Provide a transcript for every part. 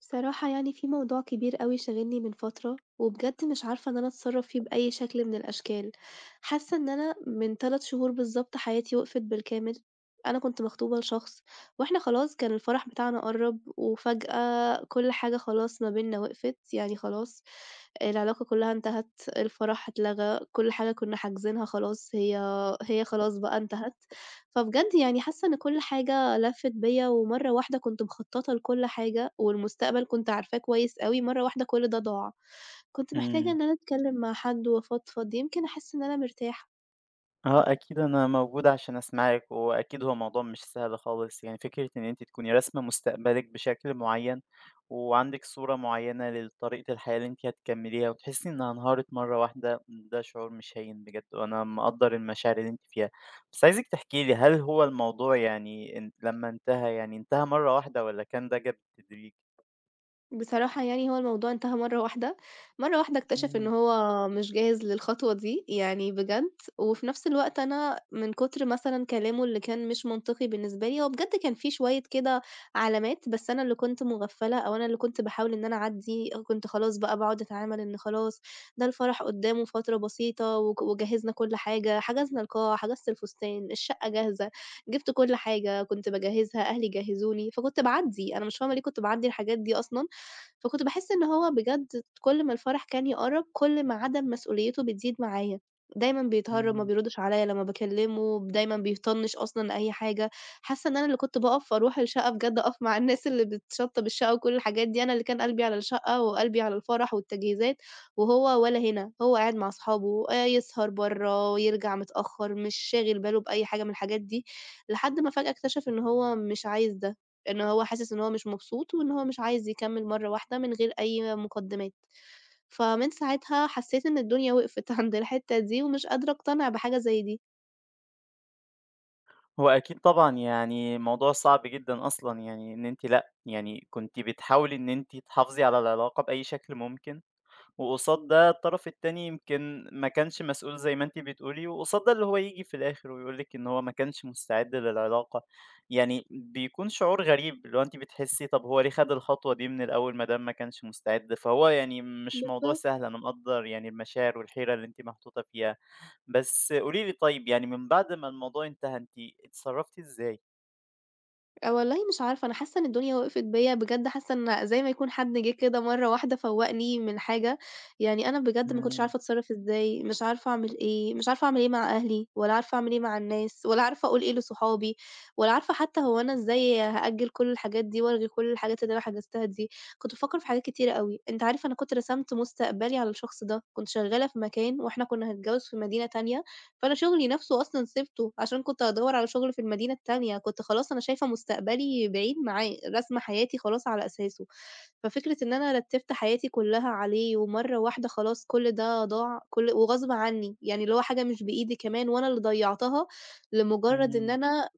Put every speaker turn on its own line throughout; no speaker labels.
بصراحة يعني في موضوع كبير أوي شاغلني من فترة، وبجد مش عارفة إن أنا أتصرّف فيه بأي شكل من الأشكال، حاسة إن أنا من 3 شهور بالضبط حياتي وقفت بالكامل، أنا كنت مخطوبة لشخص، وإحنا خلاص كان الفرح بتاعنا قرّب، وفجأة كل حاجة خلاص ما بيننا وقفت، يعني خلاص العلاقة كلّها انتهت، الفرح اتلغى، كل حاجة كنا حاجزينها خلاص هي خلاص بقى انتهت. فبجد يعني حاسة إن كل حاجة لفِّت بيّا، ومرّة واحدة كنت مخطّطة لكل حاجة، والمستقبل كنت عارفاه كويس أوي، مرّة واحدة كل ده ضاع. كنت محتاجة
إمم.
إن أنا أتكلّم مع حد وأفضفض، يمكن أحس إن أنا مرتاحة.
آه، أكيد أنا موجود عشان أسمعِك، وأكيد هو موضوع مش سهل خالص، يعني فكرة إن أنتِ تكوني راسمة مستقبلِك بشكل معيّن، وعندِك صورة معيّنة لطريقة الحياة اللي أنتِ هتكمّليها، وتحسّي إنها انهارت مرّة واحدة، ده شعور مش هين بجد، وأنا مقدّر المشاعر اللي أنتِ فيها. بس عايزِك تحكي لي، هل هو الموضوع يعني ان لمّا انتهى، يعني انتهى مرّة واحدة والّا كان ده جه بالتدريج؟
بصراحة يعني هو الموضوع انتهى مرّة واحدة، مرّة واحدة اكتشف إن
إمم.
هو مش جاهز للخطوة دي، يعني بجد، وفي نفس الوقت أنا من كتر مثلًا كلامه اللي كان مش منطقي بالنسبة لي، هو بجد كان في شوية كده علامات، بس أنا اللي كنت مغفّلة أو أنا اللي كنت باحاول إن أنا أعدّي، كنت خلاص بقى باقعد أتعامل إن خلاص ده الفرح قدّامه فترة بسيطة وجهّزنا كل حاجة، حجزنا القاعة، حجزت الفستان، الشقة جاهزة، جِبت كل حاجة، كنت باجهّزها، أهلي جهّزوني، فكنت باعدّي، أنا مش فاهمة ليه كنت باعدّي الحاجات دي أصلًا. فكنت باحس إن هو بجد كل ما الفرح كان يقرّب، كل ما عدم مسؤوليته بتزيد معايا، دايمًا بيتهرّب، ما
إمم.
بيردش عليَّ لمّا باكلّمه، دايمًا بيطنّش أصلًا أي حاجة، حاسة إن أنا اللي كنت باقف أروح الشقة بجد أقف مع الناس اللي بتشطّب الشقة وكل الحاجات دي، أنا اللي كان قلبي على الشقة وقلبي على الفرح والتجهيزات، وهو ولا هنا، هو قاعد مع أصحابه، يسهر برّه، يرجع متأخّر، مش شاغل باله بأي حاجة من الحاجات دي، لحد ما فجأة اكتشف إن هو مش عايز ده. إن هو حاسس إن هو مش مبسوط، وإن هو مش عايز يكمّل مرّة واحدة من غير أي مقدمات، فمن ساعتها حسّيت إن الدنيا وقفت عند الحتّة دي، ومش قادرة أقتنع بحاجة زي دي.
هو أكيد طبعًا، يعني موضوع صعب جدًا أصلًا، يعني إن أنتِ لأ، يعني كنتِ بتحاولي إن أنتِ تحافظي على العلاقة بأي شكل ممكن، وقصاد ده الطرف التاني يمكن ما كانش مسؤول زي ما أنتِ بتقولي، وقصاد ده اللي هو ييجي في الآخر ويقول لِك إن هو ما كانش مستعد للعلاقة، يعني بيكون شعور غريب، اللي هو أنتِ بتحسي طب هو ليه خد الخطوة دي من الأول ما دام ما كانش مستعد؟ فهو يعني مش موضوع
بالضبط.
سهل، أنا مقدّر يعني المشاعر والحيرة اللي أنتِ محطوطة فيها. بس قولي لي طيب يعني من بعد ما الموضوع انتهى أنتِ اتصرّفتِ إزاي؟
والله مش عارفة، أنا حاسة إن الدنيا وقفت بيّا، بجد حاسة إن زي ما يكون حد جه كده مرّة واحدة فوّقني من حاجة، يعني أنا بجد ما كنتش
إمم.
عارفة أتصرّف إزاي، مش عارفة أعمل إيه، مش عارفة أعمل إيه مع أهلي، ولا عارفة أعمل إيه مع الناس، ولا عارفة أقول إيه لصحابي، ولا عارفة حتى هو أنا إزاي هأجّل كل الحاجات دي وألغي كل الحاجات اللي أنا حجزتها دي، كنت بافكّر في حاجات كتيرة أوي، أنت عارف أنا كنت رسمت مستقبلي على الشخص ده، كنت شغّالة في مكان وإحنا كنا هنتجوّز في مدينة تانية فأنا شغلي نفسه أصلًا سِبته عشان كنت هادوّر على شغل في المدينة التانية، كنت خلاص أنا شايفة مستقبلي بعيد معاه، راسمة حياتي خلاص على أساسه. ففكرة إن أنا رتّبت حياتي كلّها عليه ومرّة واحدة خلاص كل ده ضاع وغصب عنّي، يعني اللي هو حاجة مش بإيدي كمان وأنا اللي ضيّعتها لمجرّد إن
إمم،
أنا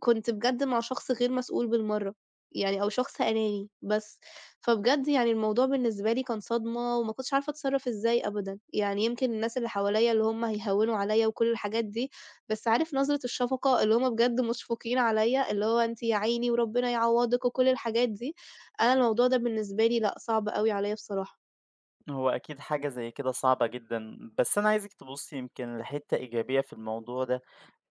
كنت بجد مع شخص غير مسؤول بالمرّة، يعني أو شخص أناني بس. فبجد يعني الموضوع بالنسبة لي كان صدمة وما كنتش عارفة أتصرّف إزاي أبدًا، يعني يمكن الناس اللي حواليّا اللي هم هيهوّنوا عليّا وكل الحاجات دي، بس عارف نظرة الشفقة اللي هم بجد مشفوقين عليّا، اللي هو أنتِ يا عيني وربنا يعوّضِك وكل الحاجات دي، أنا الموضوع ده بالنسبة لي لأ، صعب أوي عليّا بصراحة.
هو أكيد حاجة زي كده صعبة جدًا، بس أنا عايزِك تبُصّي يمكن لحتّة إيجابية في الموضوع ده.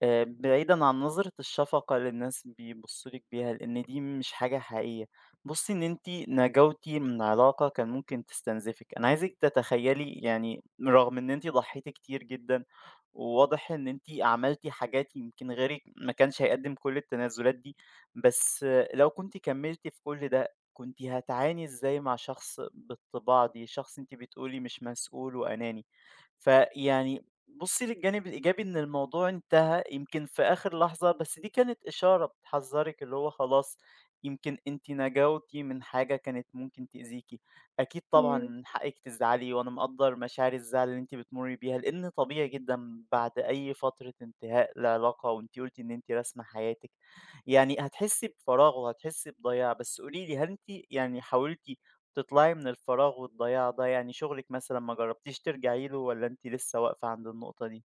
بعيدًا عن نظرة الشفقة اللي الناس بيبصوا لِك بيها، لإن دي مش حاجة حقيقية. بُصي إن أنتِ نجوتِ من علاقة كان ممكن تستنزفِك، أنا عايزِك تتخيلي يعني رغم إن أنتِ ضحيتِ كتير جدًا، وواضح إن أنتِ عملتِ حاجات يمكن غيرِك ما كانش هيقدم كل التنازلات دي، بس آه، لو كنتِ كملتِ في كل ده، كنتِ هتعاني إزاي مع شخص بالطباع دي، شخص أنتِ بتقولي مش مسؤول وأناني. فيعني بُصّي للجانب الإيجابي إن الموضوع انتهى يمكن في آخر لحظة، بس دي كانت إشارة بتحذّرِك اللي هو خلاص يمكن أنتِ نجوتِ من حاجة كانت ممكن تأذيكِ. أكيد طبعًا
إمم.
من حقِّك تزعلي وأنا مقدّر مشاعر الزعل اللي أنتِ بتمُرّي بيها، لإن طبيعي جدًا بعد أي فترة انتهاء لعلاقة وأنتِ قُلتِ إن أنتِ راسمة حياتِك، يعني هتحسّي بفراغ وهتحسّي بضياع. بس قولي لي هل أنتِ يعني حاولتِ تطلعي من الفراغ والضياع ده، يعني شغلِك مثلًا ما جرّبتيش ترجعي له والّا أنتِ لسه واقفة عند النقطة دي؟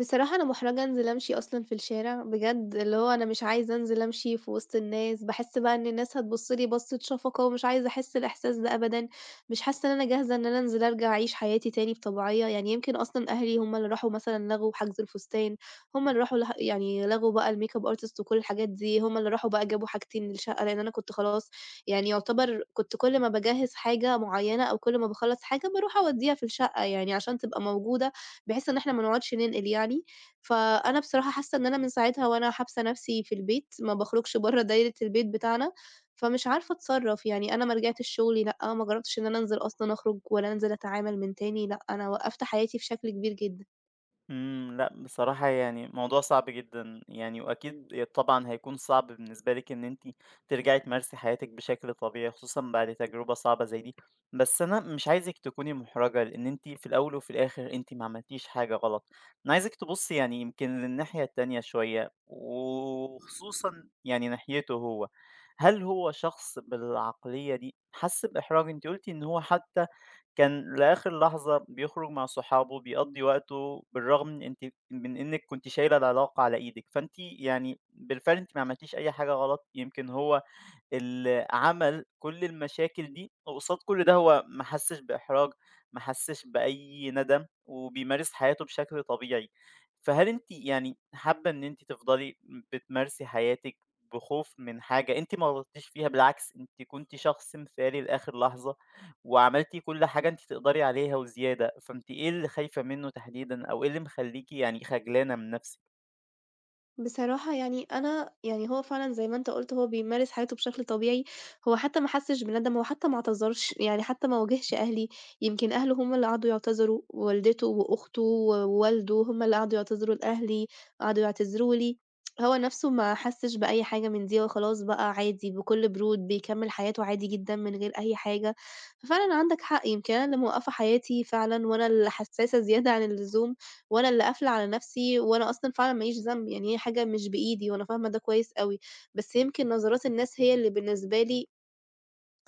بصراحة أنا مُحرَجة أنزل أمشي أصلًا في الشارع، بجد اللي هو أنا مش عايزة أنزل أمشي في وسط الناس، باحس بقى إن الناس هتبُص لي بصّة شفقة ومش عايزة أحس الإحساس ده أبدًا، مش حاسة إن أنا جاهزة إن أنا أنزل أرجع أعيش حياتي تاني بطبيعية، يعني يمكن أصلًا أهلي هُم اللي راحوا مثلًا لغوا حجز الفستان، هُم اللي راحوا له يعني لغوا بقى الmakeup artist وكل الحاجات دي، هُم اللي راحوا بقى جابوا حاجتين للشقة، لإن أنا كنت خلاص يعني يُعتبر كنت كل ما باجهّز حاجة معيّنة أو كل ما باخلّص حاجة باروح أودّيها في الشقة يعني عشان تبقى موجودة بحيث إن إحنا ما نقعدش ننقل يعني، فأنا بصراحة حاسة إن أنا من ساعتها وأنا حابسة نفسي في البيت، ما باخرجش برّه دايرة البيت بتاعنا، فمش عارفة أتصرّف، يعني أنا ما رجعتش شغلي، لأ، ما جرّبتش إن أنا أنزل أصلًا أخرج ولا أنزل أتعامل من تاني، لأ، أنا وقّفت حياتي بشكل كبير جدًا.
إمم، لأ بصراحة يعني موضوع صعب جدًا يعني، وأكيد طبعًا هيكون صعب بالنسبة لِك إن أنتِ ترجعي تمارسي حياتِك بشكل طبيعي، خصوصًا بعد تجربة صعبة زي دي. بس أنا مش عايزِك تكوني محرجة، لإن أنتِ في الأول وفي الآخر أنتِ ما عملتيش حاجة غلط. أنا عايزِك تبُصي يعني يمكن للناحية التانية شوية، وخصوصًا يعني ناحيته هو. هل هو شخص بالعقلية دي حَس بإحراج؟ أنتِ قُلتِ إن هو حتى كان لآخر لحظة بيخرج مع صحابه، بيقضّي وقته، بالرغم من أنتِ من إنِّك كنتِ شايلة العلاقة على إيدِك، فأنتِ يعني بالفعل أنتِ ما عملتيش أي حاجة غلط، يمكن هو اللي عمل كل المشاكل دي وقصاد كل ده هو ما حسش بإحراج، ما حسش بأي ندم، وبيمارس حياته بشكل طبيعي. فهل أنتِ يعني حابة إن أنتِ تفضلي بتمارسي حياتِك بخوف من حاجة أنتِ ما غلطتيش فيها، بالعكس أنتِ كنتِ شخص مثالي لآخر لحظة، وعملتِ كل حاجة أنتِ تقدري عليها وزيادة، فأنتِ إيه اللي خايفة منه تحديدًا، أو إيه اللي مخليكِ يعني خجلانة من نفسِك؟
بصراحة يعني أنا يعني هو فعلًا زي ما أنت قُلت هو بيمارس حياته بشكل طبيعي، هو حتى ما حسّش بندم، هو حتى ما اعتذرش، يعني حتى ما واجهش أهلي، يمكن أهله هم اللي قعدوا يعتذروا، والدته وأخته ووالده هم اللي قعدوا يعتذروا لأهلي، قعدوا يعتذروا لي، هو نَفْسه ما حسّش بأي حاجة من دي، هو خلاص بقى عادي بكل برود بيكمّل حياته عادي جدًا من غير أي حاجة، ففعلًا عندك حق يمكن أنا اللي موقّفة حياتي فعلًا وأنا اللي حسّاسة زيادة عن اللزوم. وأنا اللي قافلة على نفسي، وأنا أصلًا فعلًا ما ليش ذنب، يعني هي حاجة مش بإيدي وأنا فاهمة ده كويس أوي، بس يمكن نظرات الناس هي اللي بالنسبة لي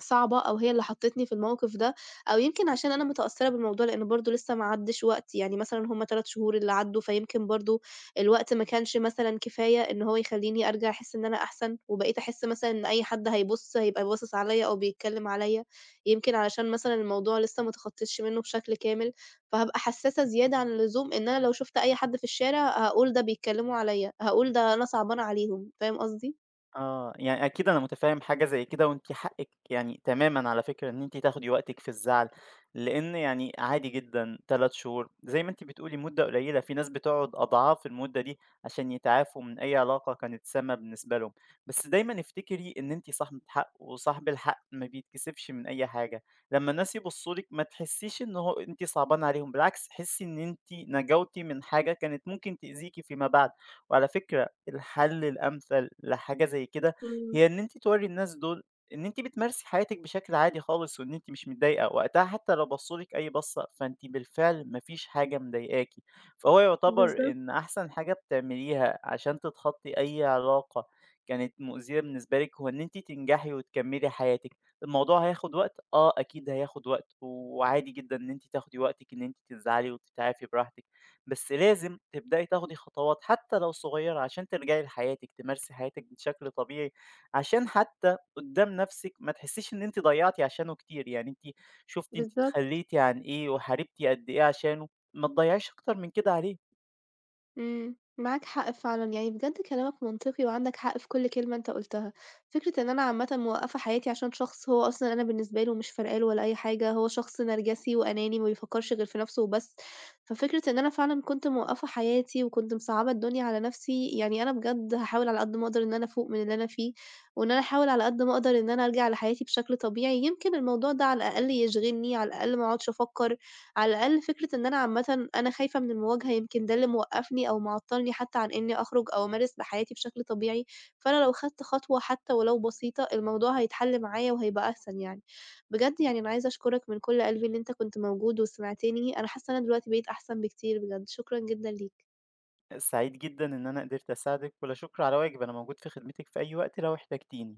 صعبة أو هي اللي حطّتني في الموقف ده، أو يمكن عشان أنا متأثّرة بالموضوع لإن برضه لسه ما عدّش وقت، يعني مثلًا هم 3 شهور اللي عدّوا، فيمكن برضه الوقت ما كانش مثلًا كفاية إن هو يخلّيني أرجع أحس إن أنا أحسن، وبقيت أحس مثلًا إن أي حد هيبُص هيبقى باصص عليّا أو بيتكلّم عليّا، يمكن علشان مثلًا الموضوع لسه ما اتخطّيتش منّه بشكل كامل، فهابقى حسّاسة زيادة عن اللزوم إن أنا لو شُفت أي حد في الشارع هاقول ده بيتكلّموا عليّا، هاقول ده أنا صعبانة عليهم، فاهم قصدي؟
آه، يعني أكيد أنا متفهم حاجة زي كده، وأنتِ حقِك يعني تمامًا على فكرة إن أنتِ تاخدي وقتِك في الزعل، لإن يعني عادي جدًا 3 شهور زي ما أنتِ بتقولي مدة قليلة، في ناس بتقعد أضعاف المدة دي عشان يتعافوا من أي علاقة كانت سامة بالنسبة لهم، بس دايمًا افتكري إن أنتِ صاحبة حق، وصاحب الحق ما بيتكسفش من أي حاجة، لمّا الناس يبصوا لِك ما تحسيش إن هو أنتِ صعبانة عليهم، بالعكس حسي إن أنتِ نجوتِ من حاجة كانت ممكن تأذيكِ فيما بعد، وعلى فكرة الحل الأمثل لحاجة زي كده
إمم،
هي إن أنتِ تورّي الناس دول إن أنتِ بتمارسي حياتِك بشكل عادي خالص وإن أنتِ مش متضايقة، وقتها حتى لو بصّوا لِك أي بصّة فأنتِ بالفعل ما فيش حاجة مضايقاكِ، فهو يعتبر إن
بالضبط،
أحسن حاجة بتعمليها عشان تتخطّي أي علاقة كانت مؤذية بالنسبة لِك، هو إن أنتِ تنجحي وتكمّلي حياتِك، الموضوع هياخد وقت، آه أكيد هياخد وقت، وعادي جدًا إن أنتِ تاخدي وقتِك إن أنتِ تزعلي وتتعافي براحتِك. بس لازم تبدأي تاخدي خطوات حتى لو صغيرة عشان ترجعي لحياتِك، تمارسي حياتِك بشكل طبيعي، عشان حتى قدّام نَفْسِك ما تحسّيش إن أنتِ ضيّعتِ عشانه كتير، يعني أنتِ شُفتِ أنتِ
بالضبط.
اتخلّيتِ عن إيه وحاربتِ قد إيه عشانه، ما تضيّعيش أكتر من كده عليه.
إمم، معاك حق فعلًا، يعني بجد كلامك منطقي وعندك حق في كل كلمة أنت قُلتها، فكرة إن أنا عامةً موقّفة حياتي عشان شخص هو أصلًا أنا بالنسبة له مش فارقة له ولا أي حاجة، هو شخص نرجسي وأناني ما بيفكّرش غير في نَفْسه وبس، ففكرة إن أنا فعلًا كنت موقّفة حياتي وكنت مصعّبة الدنيا على نَفْسي، يعني أنا بجد هاحاول على قد ما أقدر إن أنا أفوق من اللي أنا فيه، وإن أنا أحاول على قد ما أقدر إن أنا أرجع لحياتي بشكل طبيعي، يمكن الموضوع ده على الأقل يشغلني، على الأقل ما أقعدش أفكّر على الأقل فكرة إن أنا عامةً أنا خايفة من المواجهة يمكن ده اللي موقّفني أو معطّلني حتى عن إنّي أخرج أو أمارس بحياتي بشكل طبيعي، فأنا لو خدت خطوة حتى ولو بسيطة، الموضوع هيتحل معايا وهيبقى أحسن يعني. بجد يعني أنا عايزة أشكرك من كلّ قلبي إن أنت كنت موجود وسمعتني، أنا حاسّة إن أنا دلوقتي بقيت أحسن بكتير بجد، شكرًا جدًا ليك.
سعيد جدًا إن أنا قدرت أساعدِك، ولا شُكر على واجب، أنا موجود في خدمتِك في أي وقت لو احتجتيني.